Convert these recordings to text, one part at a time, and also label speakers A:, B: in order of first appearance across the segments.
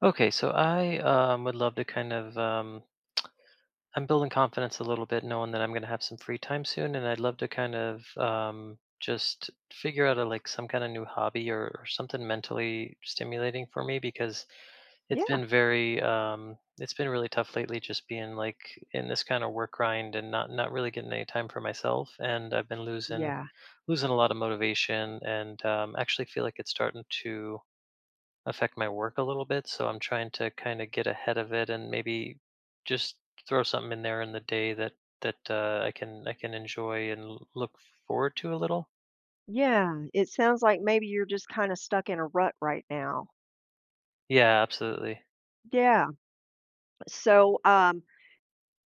A: Okay, so I would love to kind of I'm building confidence a little bit, knowing that I'm going to have some free time soon, and I'd love to kind of just figure out a like some kind of new hobby or something mentally stimulating for me because
B: Yeah,
A: it's been really tough lately, just being like in this kind of work grind and not really getting any time for myself, and I've been losing
B: yeah,
A: losing a lot of motivation, and actually feel like it's starting to affect my work a little bit. So I'm trying to kind of get ahead of it and maybe just throw something in there in the day that I can enjoy and look forward to a little.
B: yeah. It sounds like maybe you're just kinda stuck in a rut right now.
A: Yeah, absolutely.
B: Yeah. So,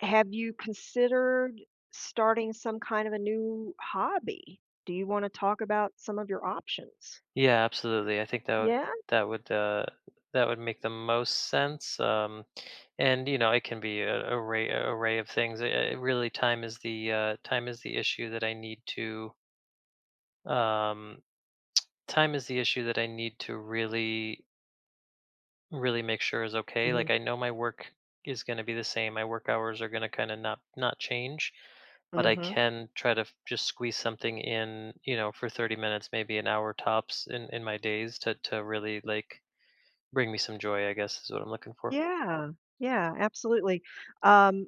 B: have you considered starting some kind of a new hobby? Do you wanna talk about some of your options?
A: Yeah, absolutely. I think that would
B: Yeah?
A: that would uh, that would make the most sense. And you know, it can be a array of things. It really, time is the issue that I need to um, time is the issue that I need to really make sure is okay. Like
B: Mhm,
A: I know my work is going to be the same. My work hours are going to kind of not change, but I
B: mhm.
A: can try to just squeeze something in, you know, for 30 minutes, maybe an hour tops in my days to really like bring me some joy, I guess is what I'm looking for.
B: Yeah, yeah, absolutely. Um,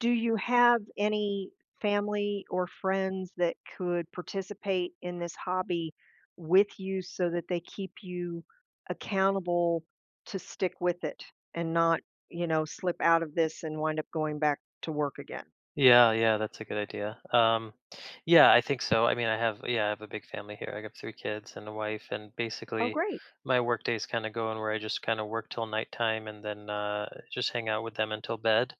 B: do you have any family or friends that could participate in this hobby with you so that they keep you accountable to stick with it and not, you know, slip out of this and wind up going back to work again?
A: Yeah, yeah, that's a good idea. Yeah, I think so. I mean, I have a big family here. I have three kids and a wife, and
B: Oh,
A: basically
B: great.
A: my work days kind of go in where I just kind of work till nighttime and then just hang out with them until bed.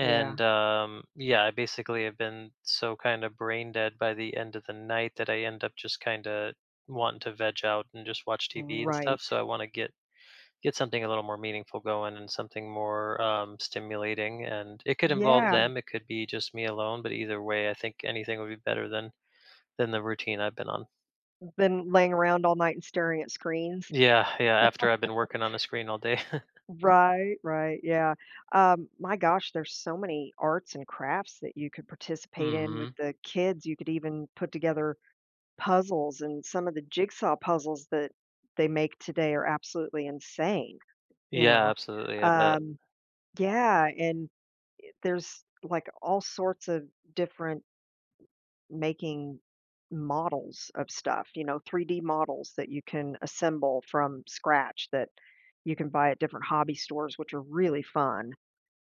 B: Yeah,
A: yeah, I basically have been so kind of brain dead by the end of the night that I end up just kind of wanting to veg out and just watch TV and stuff.
B: right.
A: So I want to get something a little more meaningful going and something more stimulating. And it could involve
B: Yeah,
A: them. It could be just me alone. But either way, I think anything would be better than the routine I've been on.
B: been laying around all night and staring at screens.
A: Yeah, yeah. After I've been working on a screen all day.
B: Right, yeah. My gosh, there's so many arts and crafts that you could participate in
A: hmm
B: with the kids. You could even put together puzzles, and some of the jigsaw puzzles that they make today are absolutely insane, you
A: Yeah,
B: know.
A: absolutely. I
B: Really?
A: bet.
B: Yeah, and there's like all sorts of different making models of stuff, you know, 3D models that you can assemble from scratch that you can buy at different hobby stores, which are really fun.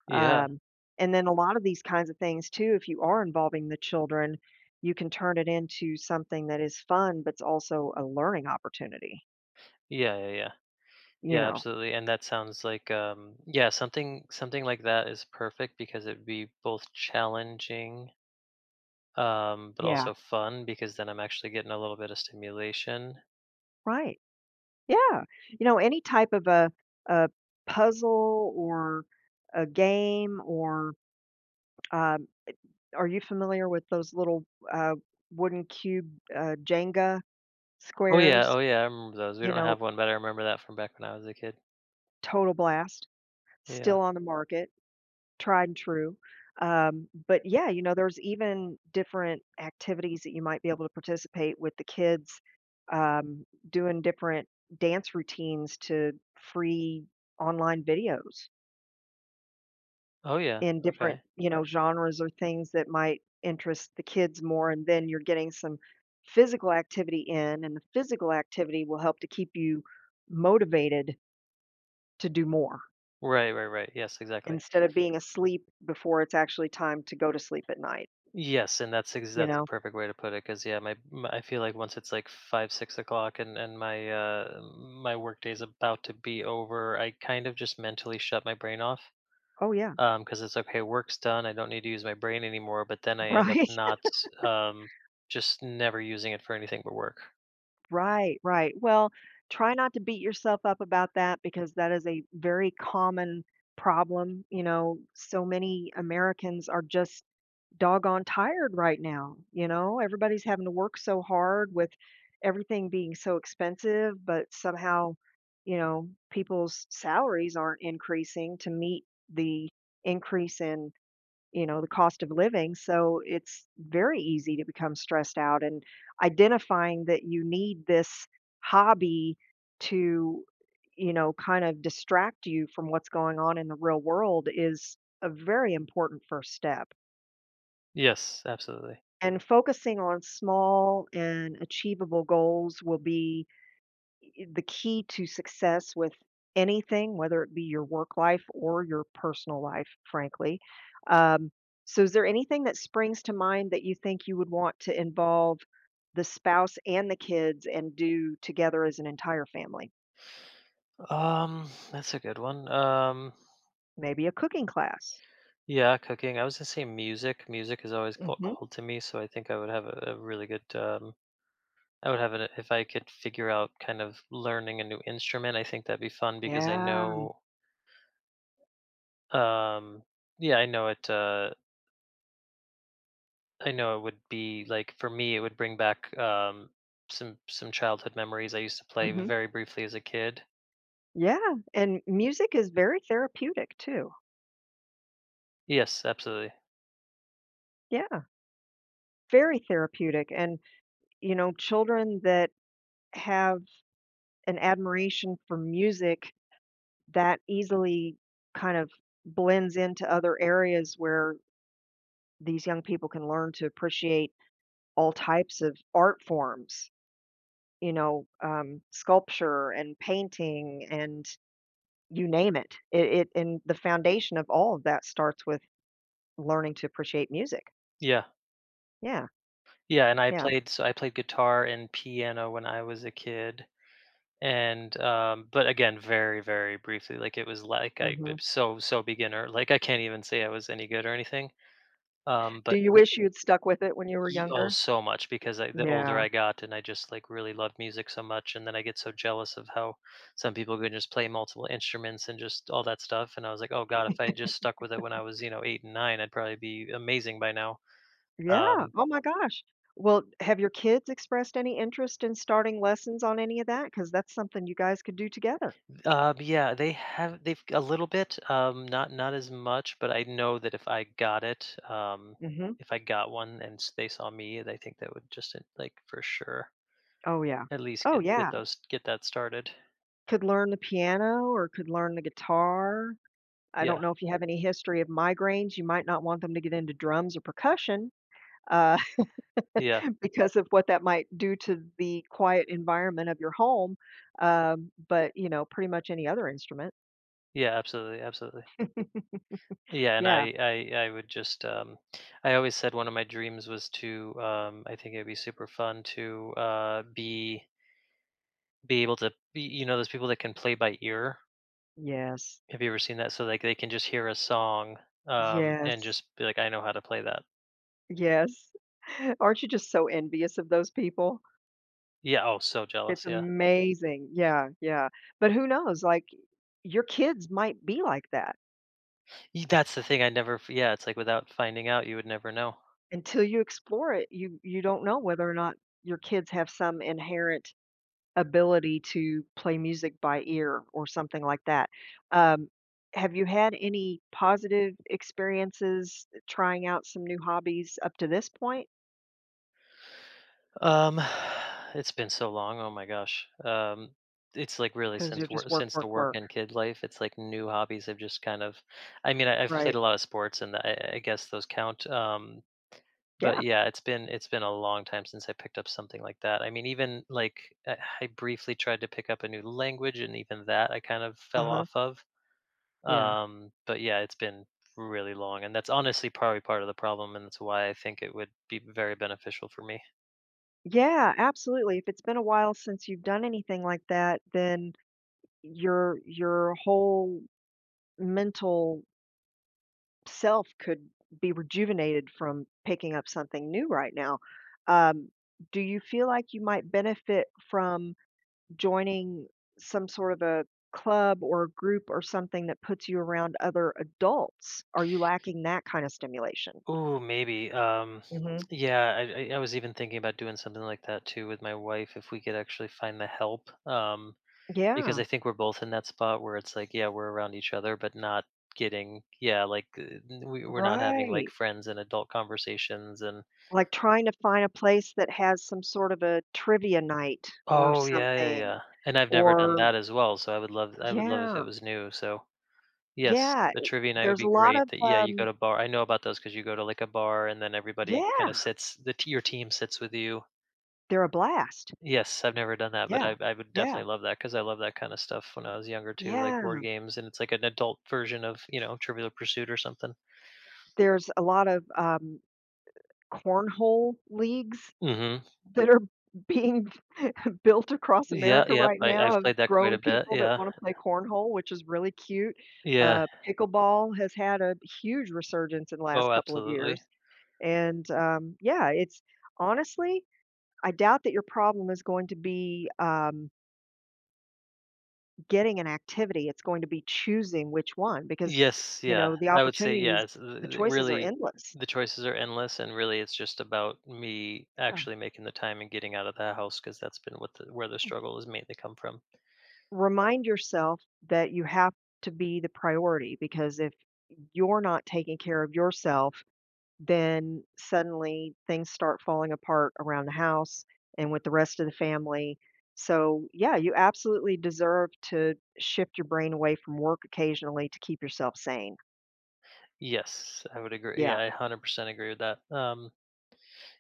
A: Yeah,
B: Um, and then a lot of these kinds of things too, if you are involving the children, you can turn it into something that is fun, but it's also a learning opportunity,
A: yeah, yeah, yeah.
B: you
A: Yeah,
B: know?
A: absolutely. And that sounds like something like that is perfect because it'd be both challenging but
B: Yeah,
A: also fun because then I'm actually getting a little bit of stimulation.
B: right. Yeah. You know, any type of a puzzle or a game or um, are you familiar with those little uh, wooden cube Jenga
A: Oh yeah,
B: squares?
A: oh yeah, I remember those. We
B: You
A: don't
B: know,
A: have one, but I remember that from back when I was a kid.
B: Total Blast,
A: Yeah.
B: still on the market. Tried and true. But yeah, you know, there's even different activities that you might be able to participate with the kids, doing different dance routines to free online videos
A: Oh yeah.
B: in different,
A: Okay.
B: you know, genres or things that might interest the kids more. And then you're getting some physical activity in, and the physical activity will help to keep you motivated to do more
A: Right, right, right. Yes, exactly.
B: instead of being asleep before it's actually time to go to sleep at night,
A: Yes, and that's
B: you
A: that's a
B: know?
A: perfect way to put it. Because yeah, my I feel like once it's like 5, 6 o'clock, and my work day is about to be over, I kind of just mentally shut my brain off,
B: Oh, yeah.
A: because it's, "Okay, work's done, I don't need to use my brain anymore," but then I end up
B: Right,
A: not, um, just never using it for anything but work.
B: right, right. Well, try not to beat yourself up about that because that is a very common problem. You know, so many Americans are just doggone tired right now. You know, everybody's having to work so hard with everything being so expensive, but somehow, you know, people's salaries aren't increasing to meet the increase in you know, the cost of living. So it's very easy to become stressed out and identifying that you need this hobby to, you know, kind of distract you from what's going on in the real world is a very important first step.
A: Yes, absolutely.
B: And focusing on small and achievable goals will be the key to success with anything, whether it be your work life or your personal life, frankly. Um, so, is there anything that springs to mind that you think you would want to involve the spouse and the kids and do together as an entire family?
A: That's a good one.
B: Maybe a cooking class.
A: Yeah, cooking. I was gonna say music. Music is always called
B: Hmm.
A: cold to me, so I think I would have a really good, I would have it if I could figure out kind of learning a new instrument, I think that'd be fun because I
B: Yeah.
A: know, um yeah, I know it would be like for me, it would bring back some childhood memories. I used to play
B: Hmm.
A: very briefly as a kid.
B: Yeah. And music is very therapeutic too.
A: Yes, absolutely.
B: Yeah. Very therapeutic. And, you know, children that have an admiration for music that easily kind of blends into other areas where these young people can learn to appreciate all types of art forms, you know, sculpture and painting and you name it. It, it. And the foundation of all of that starts with learning to appreciate music.
A: Yeah,
B: Yeah,
A: yeah. And
B: yeah.
A: I played guitar and piano when I was a kid, and but again, very briefly. Like it was like I
B: Hmm.
A: so so beginner. Like I can't even say I was any good or anything.
B: Do
A: But
B: you wish you would stuck with it when you were
A: Ye oh,
B: younger?
A: so much because I the older
B: Yeah.
A: I got and I just, like, really loved music so much, and then I get so jealous of how some people can just play multiple instruments and just all that stuff, and I was like, "Oh god, if I just stuck with it when I was, you know, 8 and 9, I'd probably be amazing by now."
B: Yeah,
A: Um,
B: oh my gosh. Well, have your kids expressed any interest in starting lessons on any of that? Because that's something you guys could do together.
A: but yeah, they've a little bit, not as much, but I know that if I got it,
B: Mhm.
A: if I got one and s they saw me, they think that would just, like, for sure,
B: Oh, yeah.
A: at least
B: Oh,
A: get get
B: yeah.
A: those get that started.
B: Could learn the piano or could learn the guitar. I
A: Yeah,
B: don't know if you have any history of migraines, you might not want them to get into drums or percussion, uh,
A: yeah.
B: because of what that might do to the quiet environment of your home, but, you know, pretty much any other instrument.
A: Yeah, absolutely, absolutely. Yeah, and
B: Yeah.
A: I would just, I always said one of my dreams was to, I think it'd be super fun to be able to, be, you know, those people that can play by ear.
B: Yes.
A: Have you ever seen that? So like they can just hear a song, and
B: Yes.
A: just be like, I know how to play that.
B: Yes. Aren't you just so envious of those people?
A: Yeah. Oh, so
B: It's
A: jealous. Yeah.
B: amazing. Yeah, yeah. But who knows? Like, your kids might be like that.
A: That's the thing. I never. Yeah. It's like without finding out, you would never know.
B: Until you explore it, you don't know whether or not your kids have some inherent ability to play music by ear or something like that. Um, have you had any positive experiences trying out some new hobbies up to this point?
A: Um, it's been so long. Oh my gosh. It's like really
B: Because 'cause you're just work,
A: since the
B: work,
A: work
B: work.
A: and kid life, it's like new hobbies have just kind of. I mean, I've played
B: Right.
A: a lot of sports, and I guess those count. But
B: Yeah.
A: yeah, it's been a long time since I picked up something like that. I mean, even like I briefly tried to pick up a new language, and even that I kind of fell
B: Uh-huh.
A: off of.
B: Yeah.
A: But yeah, it's been really long, and that's honestly probably part of the problem, and that's why I think it would be very beneficial for me.
B: Yeah, absolutely. If it's been a while since you've done anything like that, then your whole mental self could be rejuvenated from picking up something new right now. Um, do you feel like you might benefit from joining some sort of a club or a group or something that puts you around other adults? Are you lacking that kind of stimulation?
A: Ooh, maybe.
B: Hmm.
A: Yeah, I I was even thinking about doing something like that too with my wife if we could actually find the help. Because
B: Yeah,
A: I think we're both in that spot where it's like, yeah, we're around each other, but not getting, yeah, we're not having like
B: right.
A: friends and adult conversations, and
B: Like, trying to find a place that has some sort of a trivia night or
A: oh yeah, yeah,
B: something,
A: yeah. And I've never done
B: or
A: that as well, so I would love if it
B: yeah,
A: was new. So yes,
B: yeah,
A: a trivia night would
B: there's a
A: be
B: lot
A: great.
B: of,
A: That yeah, you go
B: um,
A: to bar. I know about those because you go to like a bar and then everybody kind
B: yeah,
A: of sits. The your team sits with you.
B: they're a blast.
A: Yes, I've never done that, but
B: Yeah,
A: I would
B: yeah,
A: definitely love that because I love that kinda stuff when I was younger too, like
B: yeah.
A: board games, and it's like an adult version of, you know, Trivial Pursuit or something.
B: There's a lot of, cornhole leagues
A: Mhm.
B: that are being built across
A: Yeah,
B: America
A: yep,
B: right now
A: I've
B: of
A: played that quite
B: grown
A: a bit,
B: people that
A: yeah.
B: wanna play cornhole, which is really cute.
A: Yeah.
B: Pickleball has had a huge resurgence in the last
A: Oh,
B: couple of
A: absolutely.
B: years. And, yeah, it's honestly, I doubt that your problem is going to be, getting an activity. It's going to be choosing which one because,
A: Yes,
B: you
A: yeah,
B: know, the
A: I would say, yeah,
B: opportunities,
A: it's
B: the
A: the
B: choices are
A: really
B: endless.
A: the choices are endless, and really it's just about me
B: Yeah.
A: actually making the time and getting out of the house because 'cause that's been what the where the struggle has mainly come from.
B: Remind yourself that you have to be the priority because if you're not taking care of yourself, then suddenly things start falling apart around the house and with the rest of the family. So, yeah, you absolutely deserve to shift your brain away from work occasionally to keep yourself sane.
A: Yes, I would agree. Yeah,
B: Yeah,
A: I 100% agree with that.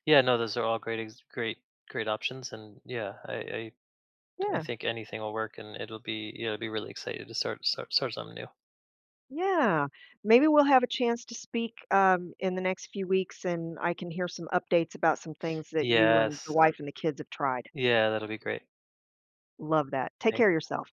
A: Yeah, no, those are all great, great options, and yeah, I
B: yeah,
A: think anything will work, and it'll be, yeah, I'll be really excited to start something new.
B: yeah. Maybe we'll have a chance to speak in the next few weeks and I can hear some updates about some things that you and the
A: Yes,
B: wife and the kids have tried.
A: yeah, that'll be great.
B: Love that. Take care of yourself.